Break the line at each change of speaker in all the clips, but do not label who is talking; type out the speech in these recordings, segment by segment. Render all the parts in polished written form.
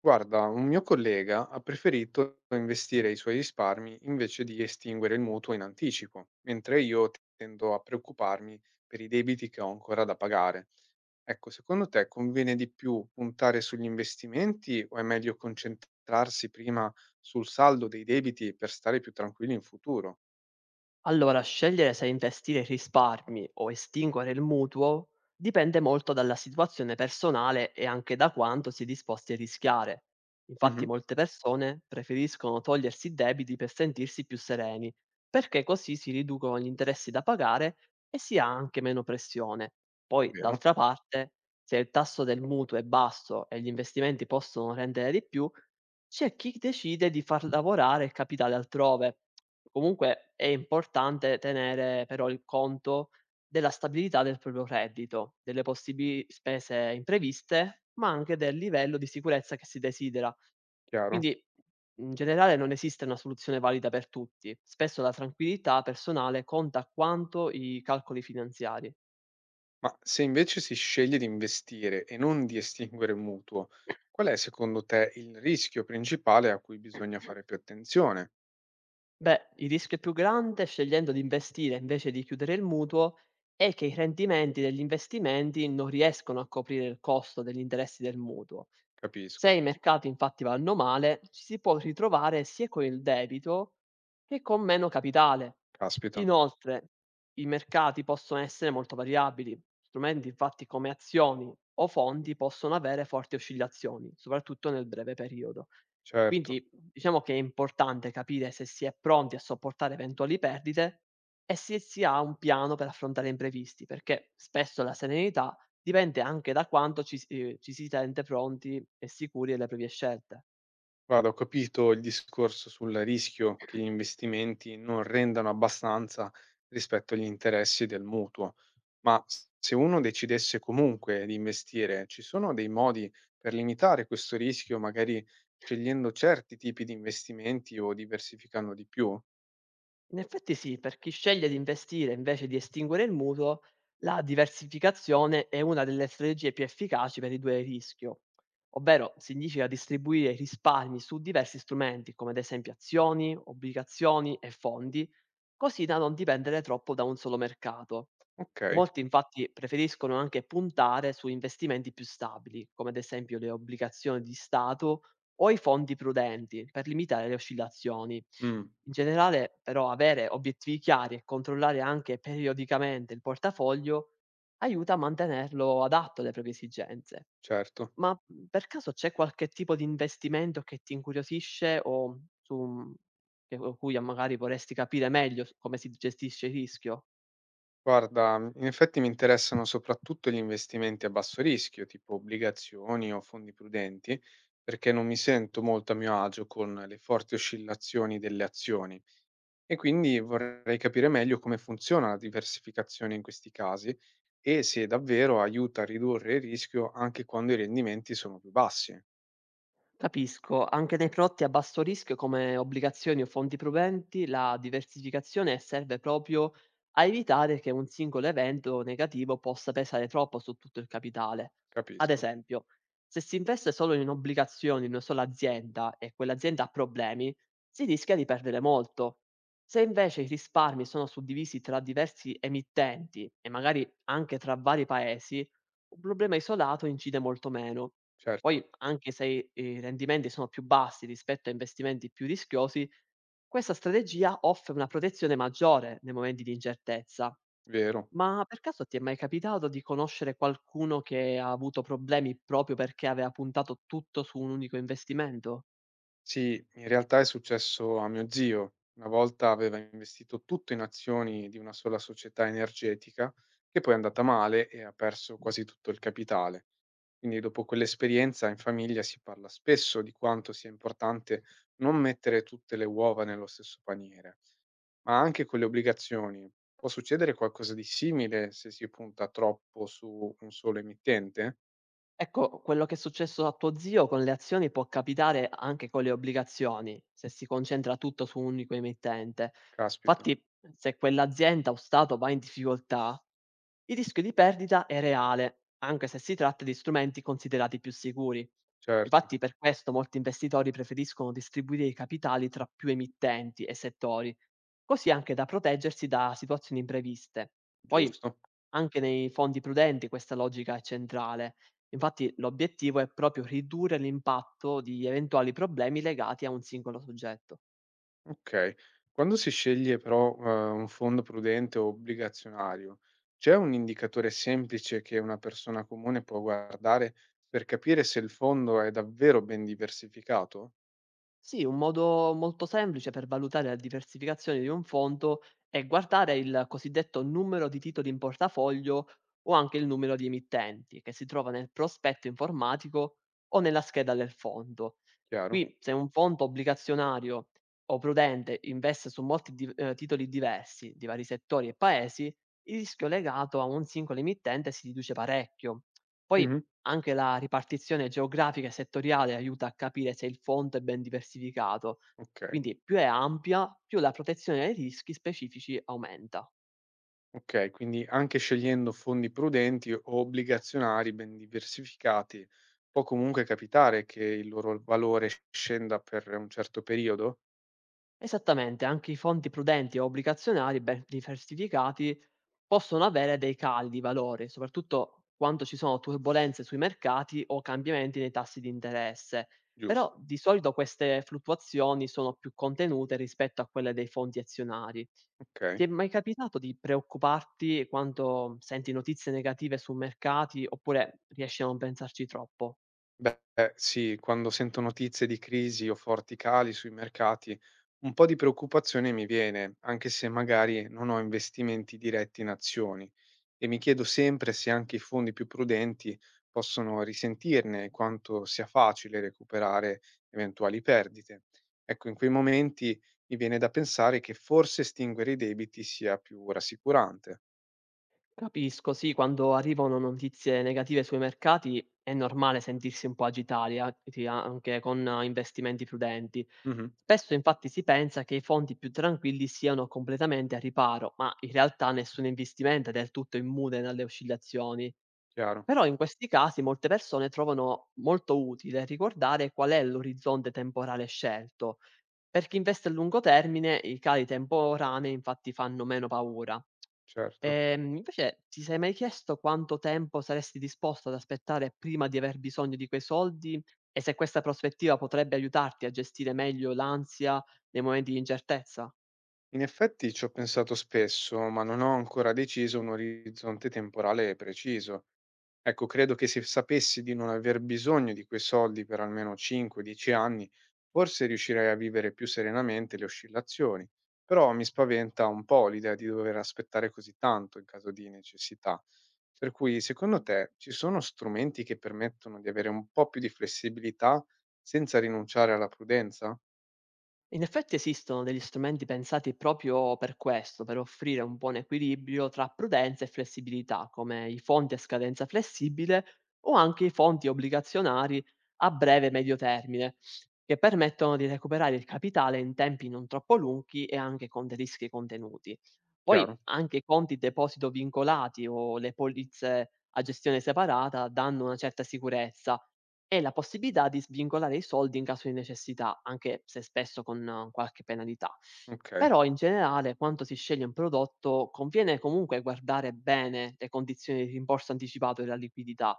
Guarda, un mio collega ha preferito investire i suoi risparmi invece di estinguere il mutuo in anticipo, mentre io tendo a preoccuparmi per i debiti che ho ancora da pagare. Ecco, secondo te conviene di più puntare sugli investimenti o è meglio concentrarsi prima sul saldo dei debiti per stare più tranquilli in futuro?
Allora, scegliere se investire i risparmi o estinguere il mutuo dipende molto dalla situazione personale e anche da quanto si è disposti a rischiare. Infatti
Mhm,
molte persone preferiscono togliersi i debiti per sentirsi più sereni, perché così si riducono gli interessi da pagare e si ha anche meno pressione. Poi,
vero,
d'altra parte, se il tasso del mutuo è basso e gli investimenti possono rendere di più, c'è chi decide di far lavorare il capitale altrove. Comunque è importante tenere però il conto della stabilità del proprio reddito, delle possibili spese impreviste, ma anche del livello di sicurezza che si desidera.
chiaro.
Quindi in generale non esiste una soluzione valida per tutti. Spesso la tranquillità personale conta quanto i calcoli finanziari.
Ma se invece si sceglie di investire e non di estinguere il mutuo, qual è secondo te il rischio principale a cui bisogna fare più attenzione?
Beh, il rischio più grande scegliendo di investire invece di chiudere il mutuo è che i rendimenti degli investimenti non riescono a coprire il costo degli interessi del mutuo. Se
Capisco.
i mercati infatti vanno male, ci si può ritrovare sia con il debito che con meno capitale.
Caspita,
Inoltre, i mercati possono essere molto variabili. Strumenti infatti come azioni o fondi possono avere forti oscillazioni, soprattutto nel breve periodo.
certo.
Quindi diciamo che è importante capire se si è pronti a sopportare eventuali perdite e se si ha un piano per affrontare imprevisti, perché spesso la serenità dipende anche da quanto ci si sente pronti e sicuri delle proprie scelte.
Guarda, ho capito il discorso sul rischio che gli investimenti non rendano abbastanza rispetto agli interessi del mutuo, ma se uno decidesse comunque di investire, ci sono dei modi per limitare questo rischio, magari scegliendo certi tipi di investimenti o diversificando di più?
In effetti sì, per chi sceglie di investire invece di estinguere il mutuo, la diversificazione è una delle strategie più efficaci per ridurre il rischio, ovvero significa distribuire i risparmi su diversi strumenti, come ad esempio azioni, obbligazioni e fondi, così da non dipendere troppo da un solo mercato.
Okay,
Molti infatti preferiscono anche puntare su investimenti più stabili, come ad esempio le obbligazioni di Stato o i fondi prudenti per limitare le oscillazioni.
mh,
In generale, però, avere obiettivi chiari e controllare anche periodicamente il portafoglio aiuta a mantenerlo adatto alle proprie esigenze.
certo.
Ma per caso c'è qualche tipo di investimento che ti incuriosisce o su o cui magari vorresti capire meglio come si gestisce il rischio?
Guarda, in effetti mi interessano soprattutto gli investimenti a basso rischio, tipo obbligazioni o fondi prudenti, perché non mi sento molto a mio agio con le forti oscillazioni delle azioni e quindi vorrei capire meglio come funziona la diversificazione in questi casi e se davvero aiuta a ridurre il rischio anche quando i rendimenti sono più bassi.
Capisco. Anche nei prodotti a basso rischio come obbligazioni o fondi proventi, la diversificazione serve proprio a evitare che un singolo evento negativo possa pesare troppo su tutto il capitale. Ad
Capisco,
esempio, se si investe solo in obbligazioni in una sola azienda e quell'azienda ha problemi, si rischia di perdere molto. Se invece i risparmi sono suddivisi tra diversi emittenti e magari anche tra vari paesi, un problema isolato incide molto meno. Poi
certo,
anche se i rendimenti sono più bassi rispetto a investimenti più rischiosi, questa strategia offre una protezione maggiore nei momenti di incertezza.
vero.
Ma per caso ti è mai capitato di conoscere qualcuno che ha avuto problemi proprio perché aveva puntato tutto su un unico investimento?
Sì, in realtà è successo a mio zio. Una volta aveva investito tutto in azioni di una sola società energetica, che poi è andata male e ha perso quasi tutto il capitale. Quindi dopo quell'esperienza in famiglia si parla spesso di quanto sia importante non mettere tutte le uova nello stesso paniere, ma anche con le obbligazioni. Può succedere qualcosa di simile se si punta troppo su un solo emittente?
Ecco, quello che è successo a tuo zio con le azioni può capitare anche con le obbligazioni, se si concentra tutto su un unico emittente.
Caspita,
Infatti, se quell'azienda o stato va in difficoltà, il rischio di perdita è reale, anche se si tratta di strumenti considerati più sicuri.
certo,
Infatti per questo molti investitori preferiscono distribuire i capitali tra più emittenti e settori, così anche da proteggersi da situazioni impreviste. Poi
giusto.
anche nei fondi prudenti questa logica è centrale. Infatti l'obiettivo è proprio ridurre l'impatto di eventuali problemi legati a un singolo soggetto.
Okay. Quando si sceglie però, un fondo prudente o obbligazionario, c'è un indicatore semplice che una persona comune può guardare per capire se il fondo è davvero ben diversificato?
Sì, un modo molto semplice per valutare la diversificazione di un fondo è guardare il cosiddetto numero di titoli in portafoglio o anche il numero di emittenti che si trova nel prospetto informatico o nella scheda del fondo.
Chiaro?
Qui, se un fondo obbligazionario o prudente investe su molti titoli diversi di vari settori e paesi, il rischio legato a un singolo emittente si riduce parecchio. Poi
Mh-mh.
anche la ripartizione geografica e settoriale aiuta a capire se il fondo è ben diversificato.
Okay,
Quindi più è ampia, più la protezione dai rischi specifici aumenta.
okay, quindi anche scegliendo fondi prudenti o obbligazionari ben diversificati, può comunque capitare che il loro valore scenda per un certo periodo?
Esattamente, anche i fondi prudenti e obbligazionari ben diversificati possono avere dei cali di valore, soprattutto quando ci sono turbolenze sui mercati o cambiamenti nei tassi di interesse. Però
Giusto,
di solito queste fluttuazioni sono più contenute rispetto a quelle dei fondi azionari. Ti
okay.
è mai capitato di preoccuparti quando senti notizie negative su mercati, oppure riesci a non pensarci troppo?
Beh, sì, quando sento notizie di crisi o forti cali sui mercati, un po' di preoccupazione mi viene, anche se magari non ho investimenti diretti in azioni. E mi chiedo sempre se anche i fondi più prudenti possono risentirne e quanto sia facile recuperare eventuali perdite. Ecco, in quei momenti mi viene da pensare che forse estinguere i debiti sia più rassicurante.
Capisco, sì, quando arrivano notizie negative sui mercati è normale sentirsi un po' agitati, a ti anche con investimenti prudenti.
Mhm,
Spesso infatti si pensa che i fondi più tranquilli siano completamente a riparo, ma in realtà nessun investimento è del tutto immune dalle oscillazioni.
chiaro,
Però in questi casi molte persone trovano molto utile ricordare qual è l'orizzonte temporale scelto. Per chi investe a lungo termine, i cali temporanei infatti fanno meno paura.
certo.
Invece, ti sei mai chiesto quanto tempo saresti disposto ad aspettare prima di aver bisogno di quei soldi e se questa prospettiva potrebbe aiutarti a gestire meglio l'ansia nei momenti di incertezza?
In effetti ci ho pensato spesso, ma non ho ancora deciso un orizzonte temporale preciso. Ecco, credo che se sapessi di non aver bisogno di quei soldi per almeno 5-10 anni, forse riuscirei a vivere più serenamente le oscillazioni. Però mi spaventa un po' l'idea di dover aspettare così tanto in caso di necessità. Per cui, secondo te, ci sono strumenti che permettono di avere un po' più di flessibilità senza rinunciare alla prudenza?
In effetti esistono degli strumenti pensati proprio per questo, per offrire un buon equilibrio tra prudenza e flessibilità, come i fondi a scadenza flessibile o anche i fondi obbligazionari a breve e medio termine, che permettono di recuperare il capitale in tempi non troppo lunghi e anche con dei rischi contenuti. Poi
Chiaro?
anche i conti deposito vincolati o le polizze a gestione separata danno una certa sicurezza e la possibilità di svincolare i soldi in caso di necessità, anche se spesso con qualche penalità.
Ok.
Però in generale, quando si sceglie un prodotto, conviene comunque guardare bene le condizioni di rimborso anticipato e la liquidità,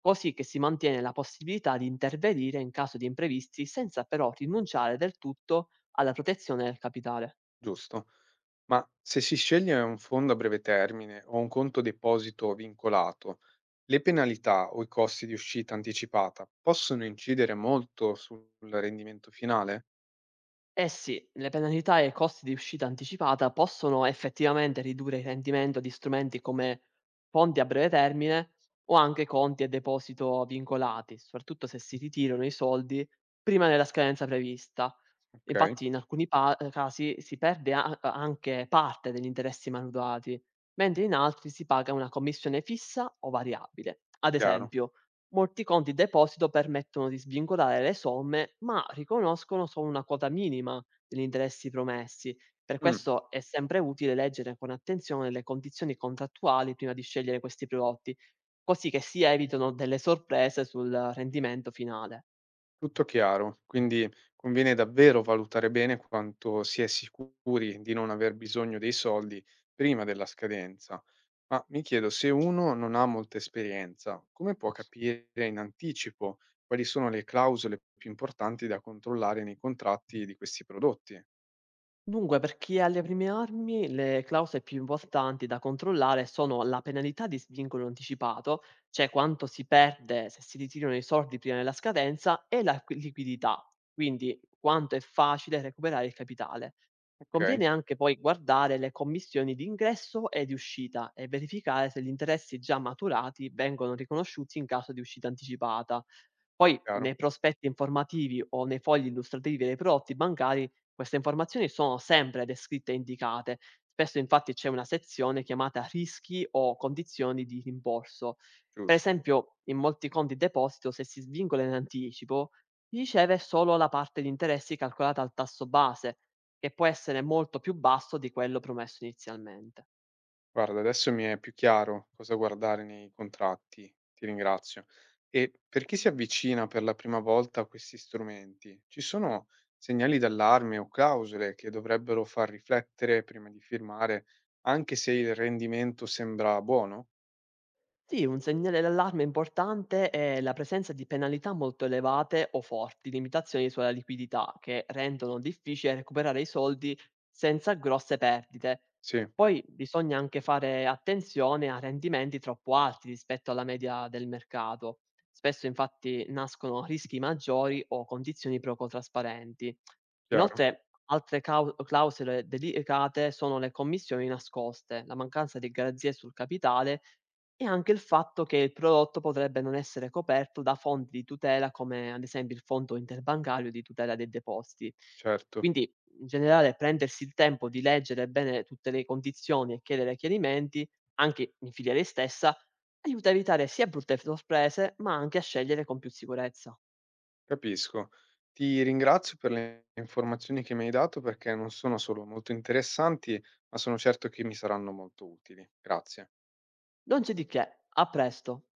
così che si mantiene la possibilità di intervenire in caso di imprevisti senza però rinunciare del tutto alla protezione del capitale.
Giusto. Ma se si sceglie un fondo a breve termine o un conto deposito vincolato, le penalità o i costi di uscita anticipata possono incidere molto sul rendimento finale?
Eh sì, le penalità e i costi di uscita anticipata possono effettivamente ridurre il rendimento di strumenti come fondi a breve termine o anche conti e deposito vincolati, soprattutto se si ritirano i soldi prima della scadenza prevista.
Ok,
Infatti in alcuni casi si perde anche parte degli interessi maturati, mentre in altri si paga una commissione fissa o variabile. Ad
chiaro.
esempio, molti conti deposito permettono di svincolare le somme, ma riconoscono solo una quota minima degli interessi promessi. Per
Mm.
questo è sempre utile leggere con attenzione le condizioni contrattuali prima di scegliere questi prodotti, così che si evitano delle sorprese sul rendimento finale.
Tutto chiaro, quindi conviene davvero valutare bene quanto si è sicuri di non aver bisogno dei soldi prima della scadenza. Ma mi chiedo, se uno non ha molta esperienza, come può capire in anticipo quali sono le clausole più importanti da controllare nei contratti di questi prodotti?
Dunque, per chi è alle prime armi, le clausole più importanti da controllare sono la penalità di svincolo anticipato, cioè quanto si perde se si ritirano i soldi prima della scadenza, e la liquidità, quindi quanto è facile recuperare il capitale.
Ok,
Conviene anche poi guardare le commissioni di ingresso e di uscita e verificare se gli interessi già maturati vengono riconosciuti in caso di uscita anticipata. Poi
chiaro,
nei prospetti informativi o nei fogli illustrativi dei prodotti bancari queste informazioni sono sempre descritte e indicate. Spesso infatti c'è una sezione chiamata rischi o condizioni di rimborso. Per
giusto.
esempio, in molti conti deposito, se si svincola in anticipo, riceve solo la parte di interessi calcolata al tasso base, che può essere molto più basso di quello promesso inizialmente.
Guarda, adesso mi è più chiaro cosa guardare nei contratti, ti ringrazio. E per chi si avvicina per la prima volta a questi strumenti, ci sono segnali d'allarme o clausole che dovrebbero far riflettere prima di firmare, anche se il rendimento sembra buono?
Sì, un segnale d'allarme importante è la presenza di penalità molto elevate o forti limitazioni sulla liquidità che rendono difficile recuperare i soldi senza grosse perdite.
Sì,
Poi bisogna anche fare attenzione a rendimenti troppo alti rispetto alla media del mercato. Spesso infatti nascono rischi maggiori o condizioni poco trasparenti.
chiaro,
Inoltre, altre clausole delicate sono le commissioni nascoste, la mancanza di garanzie sul capitale e anche il fatto che il prodotto potrebbe non essere coperto da fonti di tutela come ad esempio il Fondo interbancario di tutela dei depositi.
certo,
Quindi in generale prendersi il tempo di leggere bene tutte le condizioni e chiedere chiarimenti, anche in filiale stessa, aiuta a evitare sia brutte sorprese, ma anche a scegliere con più sicurezza.
capisco. Ti ringrazio per le informazioni che mi hai dato perché non sono solo molto interessanti, ma sono certo che mi saranno molto utili. Grazie.
Non c'è di che, a presto!